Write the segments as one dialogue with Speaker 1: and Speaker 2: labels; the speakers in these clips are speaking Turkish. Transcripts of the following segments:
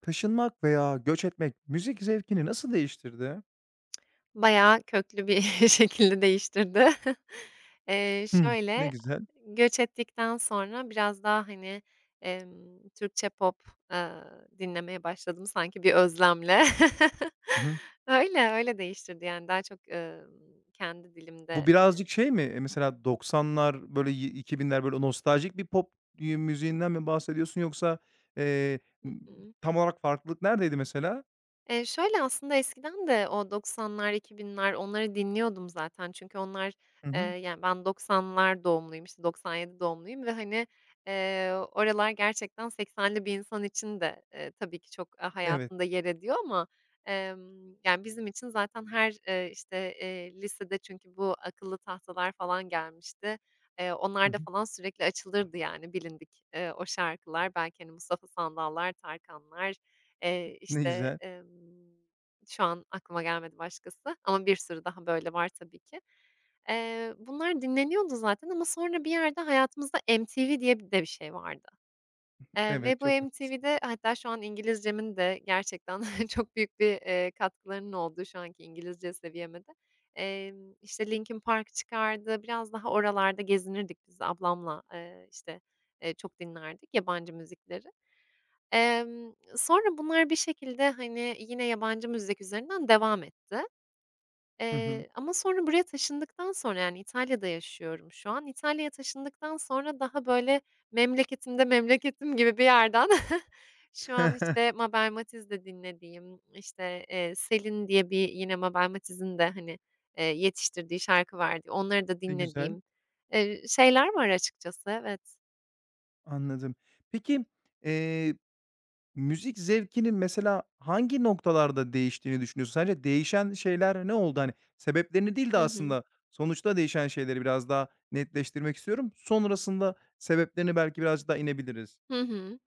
Speaker 1: Taşınmak veya göç etmek müzik zevkini nasıl değiştirdi?
Speaker 2: Bayağı köklü bir şekilde değiştirdi. Eee,
Speaker 1: Hımm. Ne
Speaker 2: şöyle,
Speaker 1: güzel.
Speaker 2: Göç ettikten sonra biraz daha, hani, Türkçe pop aaa, dinlemeye başladım sanki bir özlemle.
Speaker 1: Hı hı.
Speaker 2: Öyle, öyle değiştirdi yani daha çok, kendi dilimde.
Speaker 1: Bu birazcık şey mi, mesela 90'lar, böyle, 2000'ler, böyle, nostaljik bir pop, müziğinden mi bahsediyorsun yoksa, eee,
Speaker 2: Hı
Speaker 1: ımm,
Speaker 2: hı.
Speaker 1: tam olarak farklılık neredeydi mesela?
Speaker 2: Aslında eskiden de o 90'lar, 2000'ler onları dinliyordum zaten. Çünkü onlar,
Speaker 1: Hı hı.
Speaker 2: yani, ben 90'lar doğumluyum, işte, 97 doğumluyum ve, hani, oralar gerçekten 80'li bir insan için de, tabii ki çok,
Speaker 1: Evet.
Speaker 2: hayatında yer ediyor ama, yani, bizim için zaten her, işte, lisede çünkü bu akıllı tahtalar falan gelmişti.
Speaker 1: Hı
Speaker 2: Onlarda
Speaker 1: hı.
Speaker 2: falan sürekli açılırdı, yani, bilindik, o şarkılar. Belki, hani, Mustafa Sandallar, Tarkanlar. Eee,
Speaker 1: Ne
Speaker 2: işte,
Speaker 1: güzel.
Speaker 2: emm, Şu an aklıma gelmedi başkası ama bir sürü daha böyle var tabii ki. Bunlar dinleniyordu zaten ama sonra bir yerde hayatımızda MTV diye bir de bir şey vardı. Ve
Speaker 1: Evet,
Speaker 2: bu
Speaker 1: çok haklısın.
Speaker 2: MTV'de hatta şu an İngilizcemin de gerçekten çok büyük bir, katkılarının olduğu şu anki İngilizce seviyeme de, işte, Linkin Park çıkardı. Biraz daha oralarda gezinirdik biz ablamla, işte, çok dinlerdik yabancı müzikleri. Sonra bunlar bir şekilde, hani, yine yabancı müzik üzerinden devam etti.
Speaker 1: Hı hı.
Speaker 2: Ama sonra buraya taşındıktan sonra, yani, İtalya'da yaşıyorum şu an. İtalya'ya taşındıktan sonra daha böyle memleketimde memleketim gibi bir yerden şu an, işte, Mabel Matiz'de dinlediğim, işte, Selin diye bir yine Mabel Matiz'in de, hani, yetiştirdiği, şarkı verdiği, onları da
Speaker 1: Ne güzel,
Speaker 2: dinlediğim, şeyler var açıkçası. Evet.
Speaker 1: anladım. Peki, eee müzik zevkinin mesela hangi noktalarda değiştiğini düşünüyorsun? Sence değişen şeyler ne oldu? Hani, sebeplerini değil de
Speaker 2: Hı hı.
Speaker 1: aslında sonuçta değişen şeyleri biraz daha netleştirmek istiyorum. Sonrasında sebeplerini belki biraz daha inebiliriz.
Speaker 2: Hı hı.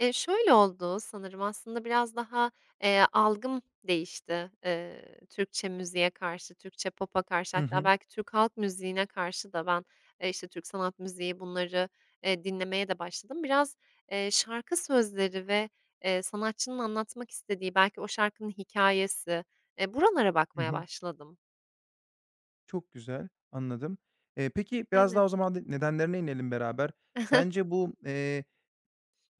Speaker 2: Şöyle oldu sanırım, aslında biraz daha, algım değişti, Türkçe müziğe karşı, Türkçe pop'a karşı
Speaker 1: Hı
Speaker 2: hatta
Speaker 1: hı.
Speaker 2: belki Türk halk müziğine karşı da ben, işte, Türk sanat müziği bunları dinlemeye de başladım. Biraz, şarkı sözleri ve sanatçının anlatmak istediği belki o şarkının hikayesi, buralara
Speaker 1: Hı
Speaker 2: bakmaya
Speaker 1: hı.
Speaker 2: başladım.
Speaker 1: Çok güzel, anladım. Peki biraz
Speaker 2: Evet.
Speaker 1: daha o zaman de nedenlerine inelim beraber. Sence bu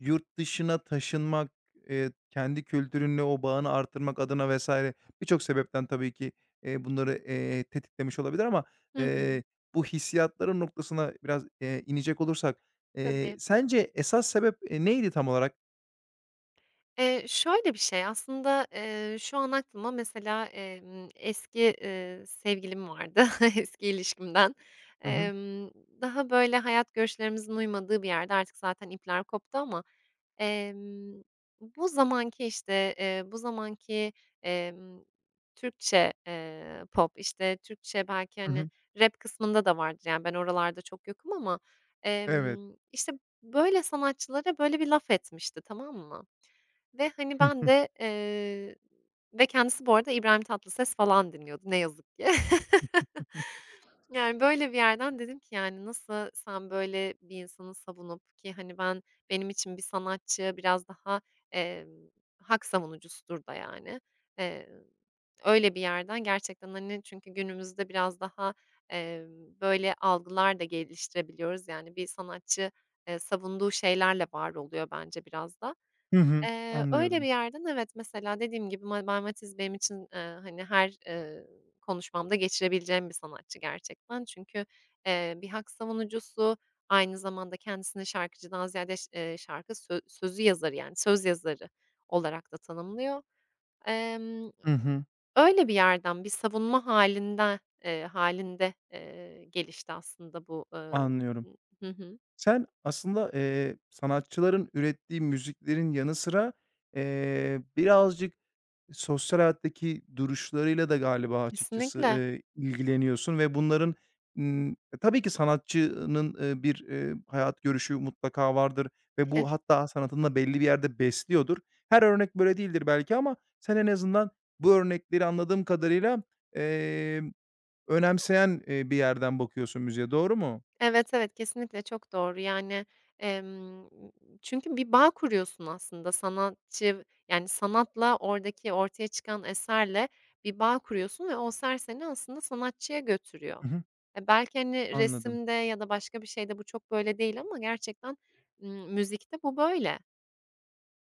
Speaker 1: yurt dışına taşınmak, kendi kültürünle o bağını arttırmak adına vesaire birçok sebepten tabii ki, bunları, tetiklemiş olabilir ama,
Speaker 2: Hı hı.
Speaker 1: eee, bu hissiyatların noktasına biraz, inecek olursak,
Speaker 2: Tabii.
Speaker 1: sence esas sebep, neydi tam olarak?
Speaker 2: Şöyle bir şey aslında, şu an aklıma mesela, eski, sevgilim vardı, eski ilişkimden.
Speaker 1: Hı hı.
Speaker 2: Emm, Daha böyle hayat görüşlerimizin uymadığı bir yerde artık zaten ipler koptu ama, emm, bu zamanki, emm, Türkçe pop, işte, Türkçe belki,
Speaker 1: Hı
Speaker 2: hani,
Speaker 1: hı.
Speaker 2: rap kısmında da vardır, yani, ben oralarda çok yokum ama,
Speaker 1: Evet.
Speaker 2: işte, böyle sanatçılara böyle bir laf etmişti, tamam mı? Ve, hani, ben de, ve kendisi bu arada İbrahim Tatlıses falan dinliyordu ne yazık ki. Yani, böyle bir yerden dedim ki, yani, nasıl sen böyle bir insanı savunup ki, hani, benim için bir sanatçı biraz daha, emm, hak savunucusudur da, yani. Eee, Öyle bir yerden gerçekten, hani, çünkü günümüzde biraz daha, böyle algılar da geliştirebiliyoruz. Yani, bir sanatçı, savunduğu şeylerle var oluyor bence biraz da.
Speaker 1: Hı hı.
Speaker 2: Öyle bir
Speaker 1: Anlıyorum.
Speaker 2: yerden evet, mesela dediğim gibi Mehmet Matiz benim için, hani, her, konuşmamda geçirebileceğim bir sanatçı gerçekten. Çünkü, bir hak savunucusu, aynı zamanda kendisini şarkıcıdan ziyade ş şarkı sözü yazarı, yani, söz yazarı olarak da tanımlıyor. Emm,
Speaker 1: Hı hı.
Speaker 2: Öyle bir yerden, bir savunma halinde hâlinde, gelişti aslında bu.
Speaker 1: Anlıyorum.
Speaker 2: Hı hı.
Speaker 1: Sen aslında, sanatçıların ürettiği müziklerin yanı sıra, birazcık sosyal hayattaki duruşlarıyla da galiba açıkçası,
Speaker 2: Kesinlikle.
Speaker 1: ilgileniyorsun ve bunların, ımm, e, tabii ki sanatçının, hayat görüşü mutlaka vardır ve bu hatta sanatında belli bir yerde besliyordur. Her örnek böyle değildir belki ama sen en azından bu örnekleri anladığım kadarıyla, emm, önemseyen, bir yerden bakıyorsun müziğe. Doğru mu?
Speaker 2: Evet, evet, kesinlikle çok doğru. Yani, emm, çünkü bir bağ kuruyorsun aslında sanatçı, yani, sanatla oradaki ortaya çıkan eserle bir bağ kuruyorsun ve o eser seni aslında sanatçıya götürüyor.
Speaker 1: Hı hı.
Speaker 2: Belki, hani,
Speaker 1: Anladım.
Speaker 2: resimde ya da başka bir şeyde bu çok böyle değil ama gerçekten, müzikte bu böyle.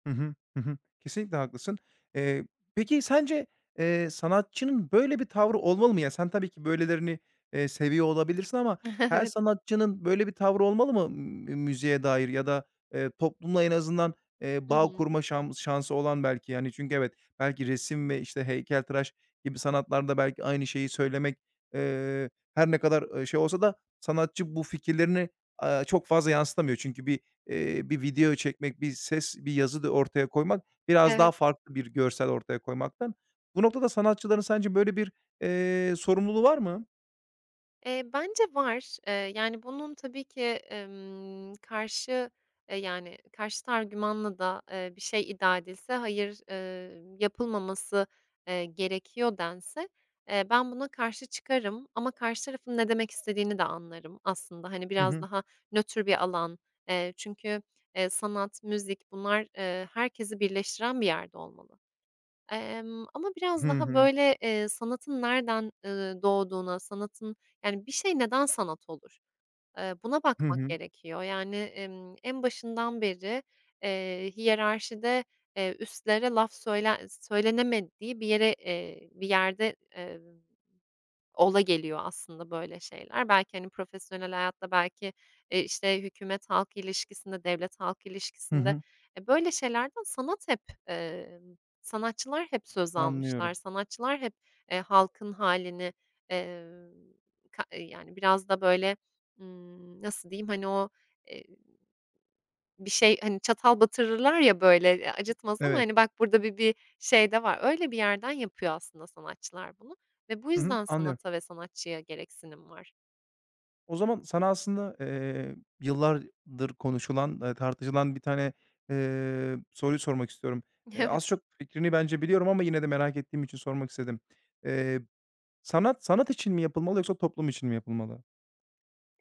Speaker 1: Hı hı. Hı hı. Kesinlikle haklısın. Eee, peki sence, sanatçının böyle bir tavrı olmalı mı? Ya, sen tabii ki böylelerini, seviyor olabilirsin ama her
Speaker 2: Evet.
Speaker 1: sanatçının böyle bir tavrı olmalı mı müziğe dair ya da, toplumla en azından,
Speaker 2: Hı
Speaker 1: bağ
Speaker 2: hı.
Speaker 1: kurma şansı olan belki, yani, çünkü evet, belki resim ve, işte, heykeltıraş gibi sanatlarda belki aynı şeyi söylemek, her ne kadar, şey olsa da sanatçı bu fikirlerini, çok fazla yansıtamıyor. Çünkü bir, bir video çekmek, bir ses, bir yazı da ortaya koymak biraz daha
Speaker 2: Evet.
Speaker 1: farklı bir görsel ortaya koymaktan. Bu noktada sanatçıların sence böyle bir, sorumluluğu var mı?
Speaker 2: Bence var. Yani, bunun tabii ki, yani, karşıt argümanla da, bir şey iddia edilse, hayır, yapılmaması gerekiyor dense, ben buna karşı çıkarım ama karşı tarafın ne demek istediğini de anlarım aslında. Hani,
Speaker 1: Hı
Speaker 2: biraz
Speaker 1: hı.
Speaker 2: daha nötr bir alan. Çünkü, sanat, müzik bunlar, herkesi birleştiren bir yerde olmalı. Ama biraz
Speaker 1: Hı
Speaker 2: daha,
Speaker 1: hı.
Speaker 2: böyle, sanatın nereden, doğduğuna, sanatın, yani, bir şey neden sanat olur? Buna
Speaker 1: Hı
Speaker 2: bakmak
Speaker 1: hı.
Speaker 2: gerekiyor. Yani, en başından beri, hiyerarşide, üstlere laf söylenemediği bir yerde, ola geliyor aslında böyle şeyler. Belki, hani, profesyonel hayatta, belki, işte, hükümet halk ilişkisinde, devlet halk
Speaker 1: Hı
Speaker 2: ilişkisinde,
Speaker 1: hı.
Speaker 2: böyle şeylerden sanat hep, sanatçılar hep söz almışlar.
Speaker 1: Anlıyorum.
Speaker 2: Sanatçılar hep, halkın halini emm, yani, biraz da böyle, nasıl diyeyim, hani, o, e, bir şey, hani, çatal batırırlar ya, böyle, acıtmaz ama,
Speaker 1: Evet.
Speaker 2: hani, bak burada bir şey de var. Öyle bir yerden yapıyor aslında sanatçılar bunu ve bu
Speaker 1: Hı hı.
Speaker 2: yüzden
Speaker 1: Anlıyorum.
Speaker 2: sanata ve sanatçıya gereksinim var.
Speaker 1: O zaman sana aslında, yıllardır konuşulan, tartışılan bir tane, soruyu sormak istiyorum.
Speaker 2: Evet.
Speaker 1: Az çok fikrini bence biliyorum ama yine de merak ettiğim için sormak istedim. Eee, Sanat, sanat için mi yapılmalı yoksa toplum için mi yapılmalı?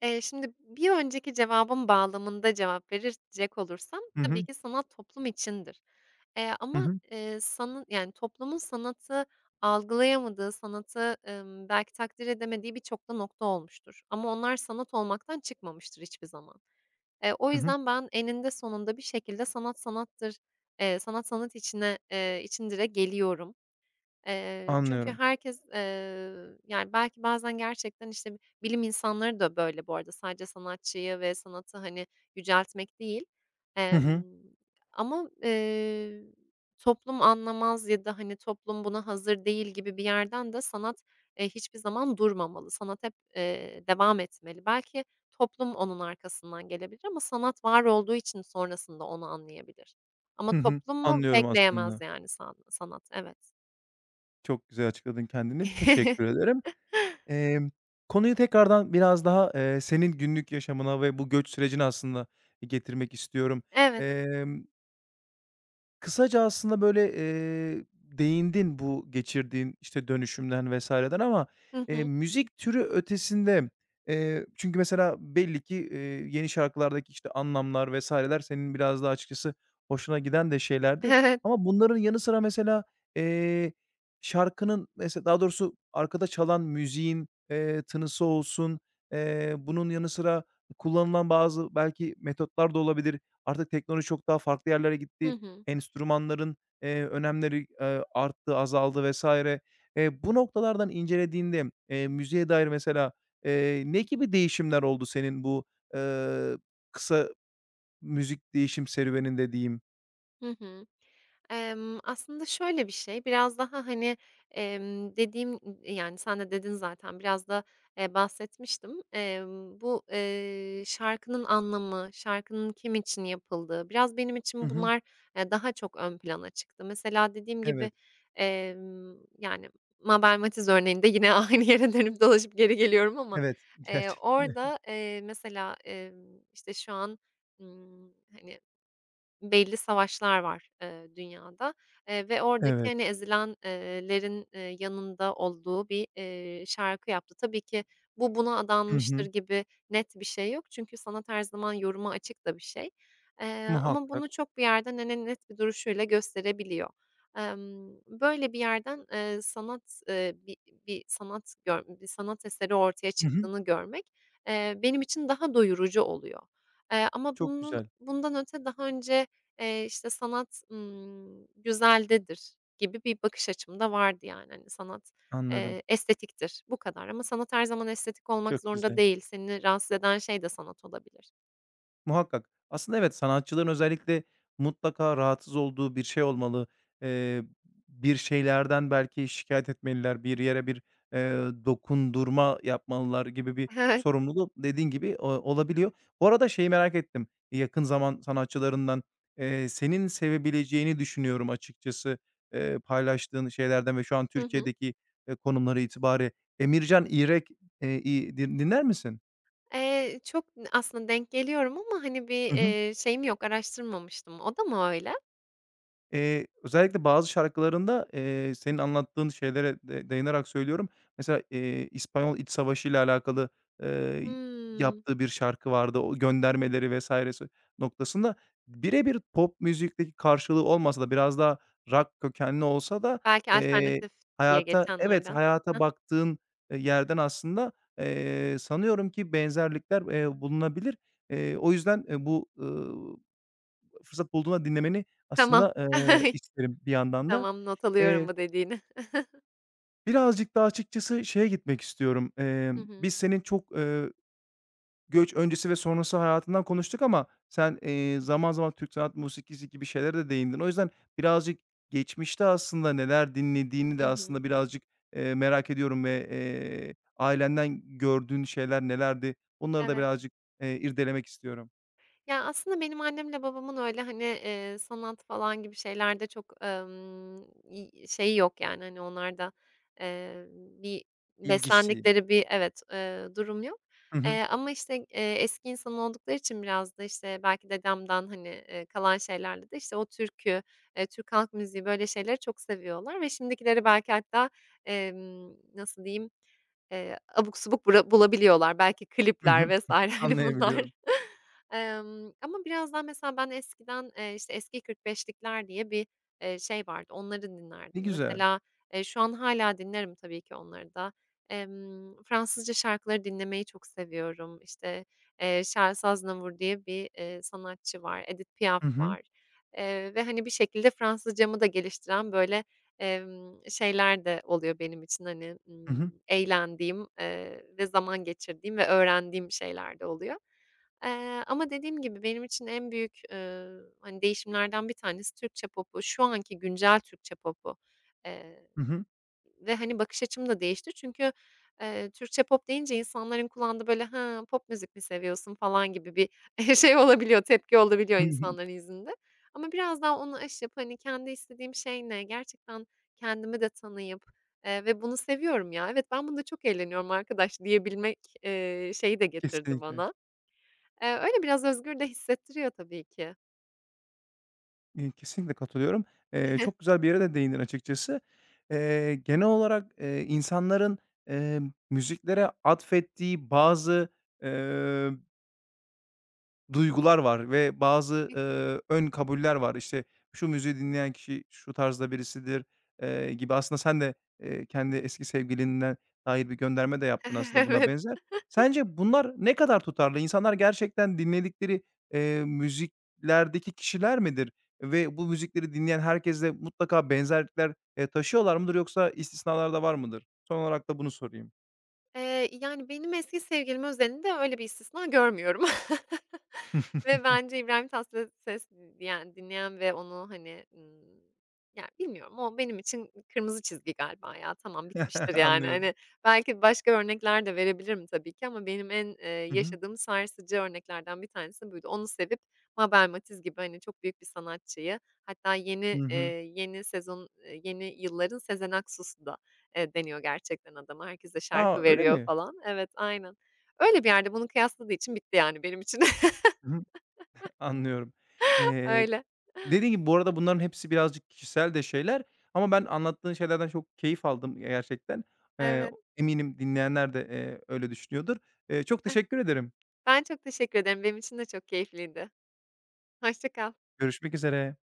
Speaker 2: Şimdi bir önceki cevabın bağlamında cevap verecek olursam
Speaker 1: Hı
Speaker 2: tabii
Speaker 1: hı.
Speaker 2: ki sanat toplum içindir.
Speaker 1: Hı
Speaker 2: Ama,
Speaker 1: hı.
Speaker 2: sanı yani, toplumun sanatı algılayamadığı, sanatı, belki takdir edemediği birçok da nokta olmuştur ama onlar sanat olmaktan çıkmamıştır hiçbir zaman. O
Speaker 1: Hı hı.
Speaker 2: yüzden ben eninde sonunda bir şekilde sanat sanattır, sanat sanat içindire geliyorum. Çünkü
Speaker 1: Anlıyorum.
Speaker 2: herkes, yani, belki bazen gerçekten, işte, bilim insanları da böyle bu arada sadece sanatçıyı ve sanatı, hani, yüceltmek değil.
Speaker 1: Hı
Speaker 2: Emm,
Speaker 1: hı.
Speaker 2: Ama, toplum anlamaz ya da, hani, toplum buna hazır değil gibi bir yerden de sanat hiçbir zaman durmamalı. Sanat hep devam etmeli. Belki toplum onun arkasından gelebilir ama sanat var olduğu için sonrasında onu anlayabilir. Ama
Speaker 1: Hı hı.
Speaker 2: toplumu
Speaker 1: Anlıyorum
Speaker 2: bekleyemez
Speaker 1: aslında.
Speaker 2: yani sanat, evet.
Speaker 1: Çok güzel açıkladın kendini. Teşekkür ederim. Emm, konuyu tekrardan biraz daha, senin günlük yaşamına ve bu göç sürecine aslında getirmek istiyorum.
Speaker 2: Evet.
Speaker 1: Emm, kısaca aslında, böyle, değindin bu geçirdiğin, işte, dönüşümden vesaireden ama,
Speaker 2: Hı hı.
Speaker 1: müzik türü ötesinde, çünkü mesela belli ki, yeni şarkılardaki, işte, anlamlar vesaireler senin biraz daha açıkçası hoşuna giden de şeylerdi
Speaker 2: Evet.
Speaker 1: ama bunların yanı sıra mesela, eee, şarkının mesela daha doğrusu arkada çalan müziğin, tınısı olsun, bunun yanı sıra kullanılan bazı belki metotlar da olabilir. Artık teknoloji çok daha farklı yerlere
Speaker 2: Hı
Speaker 1: gitti,
Speaker 2: hı.
Speaker 1: enstrümanların, önemleri, arttı, azaldı vesaire. Bu noktalardan incelediğinde, müziğe dair mesela, ne gibi değişimler oldu senin bu, eee, kısa müzik değişim serüveninde diyeyim?
Speaker 2: Hı hı. Aslında şöyle bir şey, biraz daha, hani, dediğim, yani, sen de dedin zaten, biraz da, bahsetmiştim. Bu, şarkının anlamı, şarkının kim için yapıldığı, biraz benim
Speaker 1: Hı
Speaker 2: için
Speaker 1: hı.
Speaker 2: bunlar daha çok ön plana çıktı. Mesela dediğim
Speaker 1: Evet,
Speaker 2: gibi, emm, yani, Mabel Matiz örneğinde yine aynı yere dönüp dolaşıp geri geliyorum ama,
Speaker 1: evet. Gerçekten,
Speaker 2: orada, mesela, işte, şu an, ımm, hani, belli savaşlar var, dünyada, ve oradaki,
Speaker 1: evet.
Speaker 2: hani, ezilenlerin yanında olduğu bir, şarkı yaptı. Tabii ki bu buna
Speaker 1: Hı
Speaker 2: adanmıştır
Speaker 1: hı.
Speaker 2: gibi net bir şey yok. Çünkü sanat her zaman yoruma açık da bir şey. Ama
Speaker 1: Muhakkak.
Speaker 2: bunu çok bir yerden, hani, net bir duruşuyla gösterebiliyor. Böyle bir yerden, sanat, bir sanat eseri ortaya
Speaker 1: Hı hı.
Speaker 2: çıktığını görmek, benim için daha doyurucu oluyor. Ama
Speaker 1: Çok
Speaker 2: bunun
Speaker 1: güzel.
Speaker 2: bundan öte daha önce işte, sanat, güzeldedir gibi bir bakış açım da vardı yani. Hani, sanat,
Speaker 1: Anladım.
Speaker 2: estetiktir, bu kadar ama sanat her zaman estetik olmak
Speaker 1: Çok
Speaker 2: zorunda
Speaker 1: güzel.
Speaker 2: değil. Seni rahatsız eden şey de sanat olabilir.
Speaker 1: Muhakkak. Aslında evet, sanatçıların özellikle mutlaka rahatsız olduğu bir şey olmalı. Eee, Bir şeylerden belki şikayet etmeliler, bir yere bir, eee, dokundurma yapmalılar gibi bir
Speaker 2: Evet.
Speaker 1: sorumluluk dediğin gibi, o olabiliyor. Bu arada şeyi merak ettim, yakın zaman sanatçılarından, senin sevebileceğini düşünüyorum açıkçası, paylaştığın şeylerden ve şu an
Speaker 2: Hı hı.
Speaker 1: Türkiye'deki, konumları itibariyle. Emircan İrek, i din dinler misin?
Speaker 2: Çok aslında denk geliyorum ama, hani, bir,
Speaker 1: Hı hı.
Speaker 2: şeyim yok, araştırmamıştım. O da mı öyle?
Speaker 1: Özellikle bazı şarkılarında, senin anlattığın şeylere de dayanarak söylüyorum. Mesela, İspanyol İç Savaşı'yla alakalı, eee,
Speaker 2: Hımm.
Speaker 1: yaptığı bir şarkı vardı. O göndermeleri vs.si noktasında bire bir pop müzikteki karşılığı olmasa da biraz daha rock kökenli olsa da,
Speaker 2: Belki
Speaker 1: eee,
Speaker 2: alternatif diye
Speaker 1: hayata Evet,
Speaker 2: geçenlerden.
Speaker 1: hayata
Speaker 2: Hah,
Speaker 1: baktığın, yerden aslında, sanıyorum ki benzerlikler, bulunabilir. O yüzden, bu, fırsat bulduğunda dinlemeni
Speaker 2: tamam.
Speaker 1: aslında, isterim bir yandan da.
Speaker 2: Tamam, not alıyorum
Speaker 1: Eee,
Speaker 2: bu dediğini.
Speaker 1: Birazcık da açıkçası şeye gitmek istiyorum.
Speaker 2: Hı hı.
Speaker 1: Biz senin çok, göç öncesi ve sonrası hayatından konuştuk ama sen, zaman zaman Türk sanat musikisi gibi şeylere de değindin. O yüzden birazcık geçmişte aslında neler dinlediğini
Speaker 2: Hı
Speaker 1: de
Speaker 2: hı.
Speaker 1: aslında birazcık, merak ediyorum ve, ailenden gördüğün şeyler nelerdi? Bunları da
Speaker 2: Evet.
Speaker 1: birazcık, irdelemek istiyorum.
Speaker 2: Ya, aslında benim annemle babamın öyle, hani, sanat falan gibi şeylerde çok, i şeyi yok yani, hani, onlarda, bir
Speaker 1: İlgisi.
Speaker 2: beslendikleri bir, evet, durum yok.
Speaker 1: Hı hı.
Speaker 2: Ama, işte, eski insan oldukları için biraz da, işte, belki dedemden, hani, kalan şeylerle de, işte, o türkü, Türk halk müziği böyle şeyleri çok seviyorlar ve şimdikileri belki hatta, nasıl diyeyim, abuk subuk bura bulabiliyorlar. Belki
Speaker 1: Hı
Speaker 2: klipler
Speaker 1: hı.
Speaker 2: vs. hani, bunlar.
Speaker 1: Anlayabiliyorum.
Speaker 2: Ama biraz daha mesela ben eskiden, işte, eski 45'likler diye bir, şey vardı, onları
Speaker 1: Ne
Speaker 2: dinlerdim.
Speaker 1: güzel.
Speaker 2: Mesela, şu an hâlâ dinlerim tabii ki onları da. Fransızca şarkıları dinlemeyi çok seviyorum. İşte, Charles Aznavour diye bir, sanatçı var, Edith Piaf
Speaker 1: Hı hı.
Speaker 2: var, ve, hani, bir şekilde Fransızcamı da geliştiren böyle, şeyler de oluyor benim için, hani,
Speaker 1: Hı hı.
Speaker 2: eğlendiğim, ve zaman geçirdiğim ve öğrendiğim şeyler de oluyor. Ama dediğim gibi benim için en büyük, hani, değişimlerden bir tanesi Türkçe pop'u, şu anki güncel Türkçe pop'u, eee,
Speaker 1: Hı hı.
Speaker 2: ve, hani, bakış açım da değişti. Çünkü, Türkçe pop deyince insanların kulağında böyle, "Ha, pop müzik mi seviyorsun?" falan gibi bir, şey olabiliyor, tepki olabiliyor
Speaker 1: Hı hı.
Speaker 2: insanların izinde. Ama biraz daha onu aşıp, hani, kendi istediğim şey ne, gerçekten kendimi de tanıyıp, ve bunu seviyorum ya, evet ben bunda çok eğleniyorum arkadaş diyebilmek, şeyi de getirdi
Speaker 1: Kesinlikle.
Speaker 2: bana. Öyle biraz özgür de hissettiriyor tabii ki.
Speaker 1: Kesinlikle katılıyorum. Çok güzel bir yere de değindin açıkçası. Genel olarak, insanların, eee, müziklere atfettiği bazı, eee duygular var ve bazı, ön kabuller var. İşte, şu müziği dinleyen kişi şu tarzda birisidir, gibi. Aslında sen de, kendi eski sevgilinden dair bir gönderme de yaptın aslında buna
Speaker 2: Evet.
Speaker 1: benzer. Sence bunlar ne kadar tutarlı? İnsanlar gerçekten dinledikleri, müziklerdeki kişiler midir ve bu müzikleri dinleyen herkesle mutlaka benzerlikler, taşıyorlar mıdır yoksa istisnalar da var mıdır? Son olarak da bunu sorayım.
Speaker 2: Yani, benim eski sevgilim özelinde öyle bir istisna görmüyorum ve bence İbrahim Tatlıses diyen, dinleyen ve onu, hani, ya, bilmiyorum, o benim için kırmızı çizgi galiba ya. Tamam, bitmiştir, yani.
Speaker 1: Anlıyorum.
Speaker 2: Hani, belki başka örnekler de verebilirim tabii ki ama benim en,
Speaker 1: Hı hı.
Speaker 2: yaşadığım sarsıcı örneklerden bir tanesi buydu. Onu sevip Mabel Matiz gibi, hani, çok büyük bir sanatçıyı hatta
Speaker 1: Hı hı.
Speaker 2: yeni sezon, yeni yılların Sezen Aksu'su da deniyor gerçekten adama. Herkes de
Speaker 1: A,
Speaker 2: şarkı
Speaker 1: öyle
Speaker 2: veriyor
Speaker 1: mi?
Speaker 2: falan. Evet, aynen. Öyle bir yerde bunu kıyasladığı için bitti yani benim için.
Speaker 1: Hı hı. Anlıyorum. Eee,
Speaker 2: Öyle.
Speaker 1: Dediğin gibi bu arada bunların hepsi birazcık kişisel de şeyler ama ben anlattığın şeylerden çok keyif aldım gerçekten. Eee,
Speaker 2: Evet.
Speaker 1: Eminim dinleyenler de, öyle düşünüyordur. Çok
Speaker 2: Eh,
Speaker 1: teşekkür ederim.
Speaker 2: ben çok teşekkür ederim. Benim için de çok keyifliydi. Hoşça kal.
Speaker 1: Görüşmek üzere.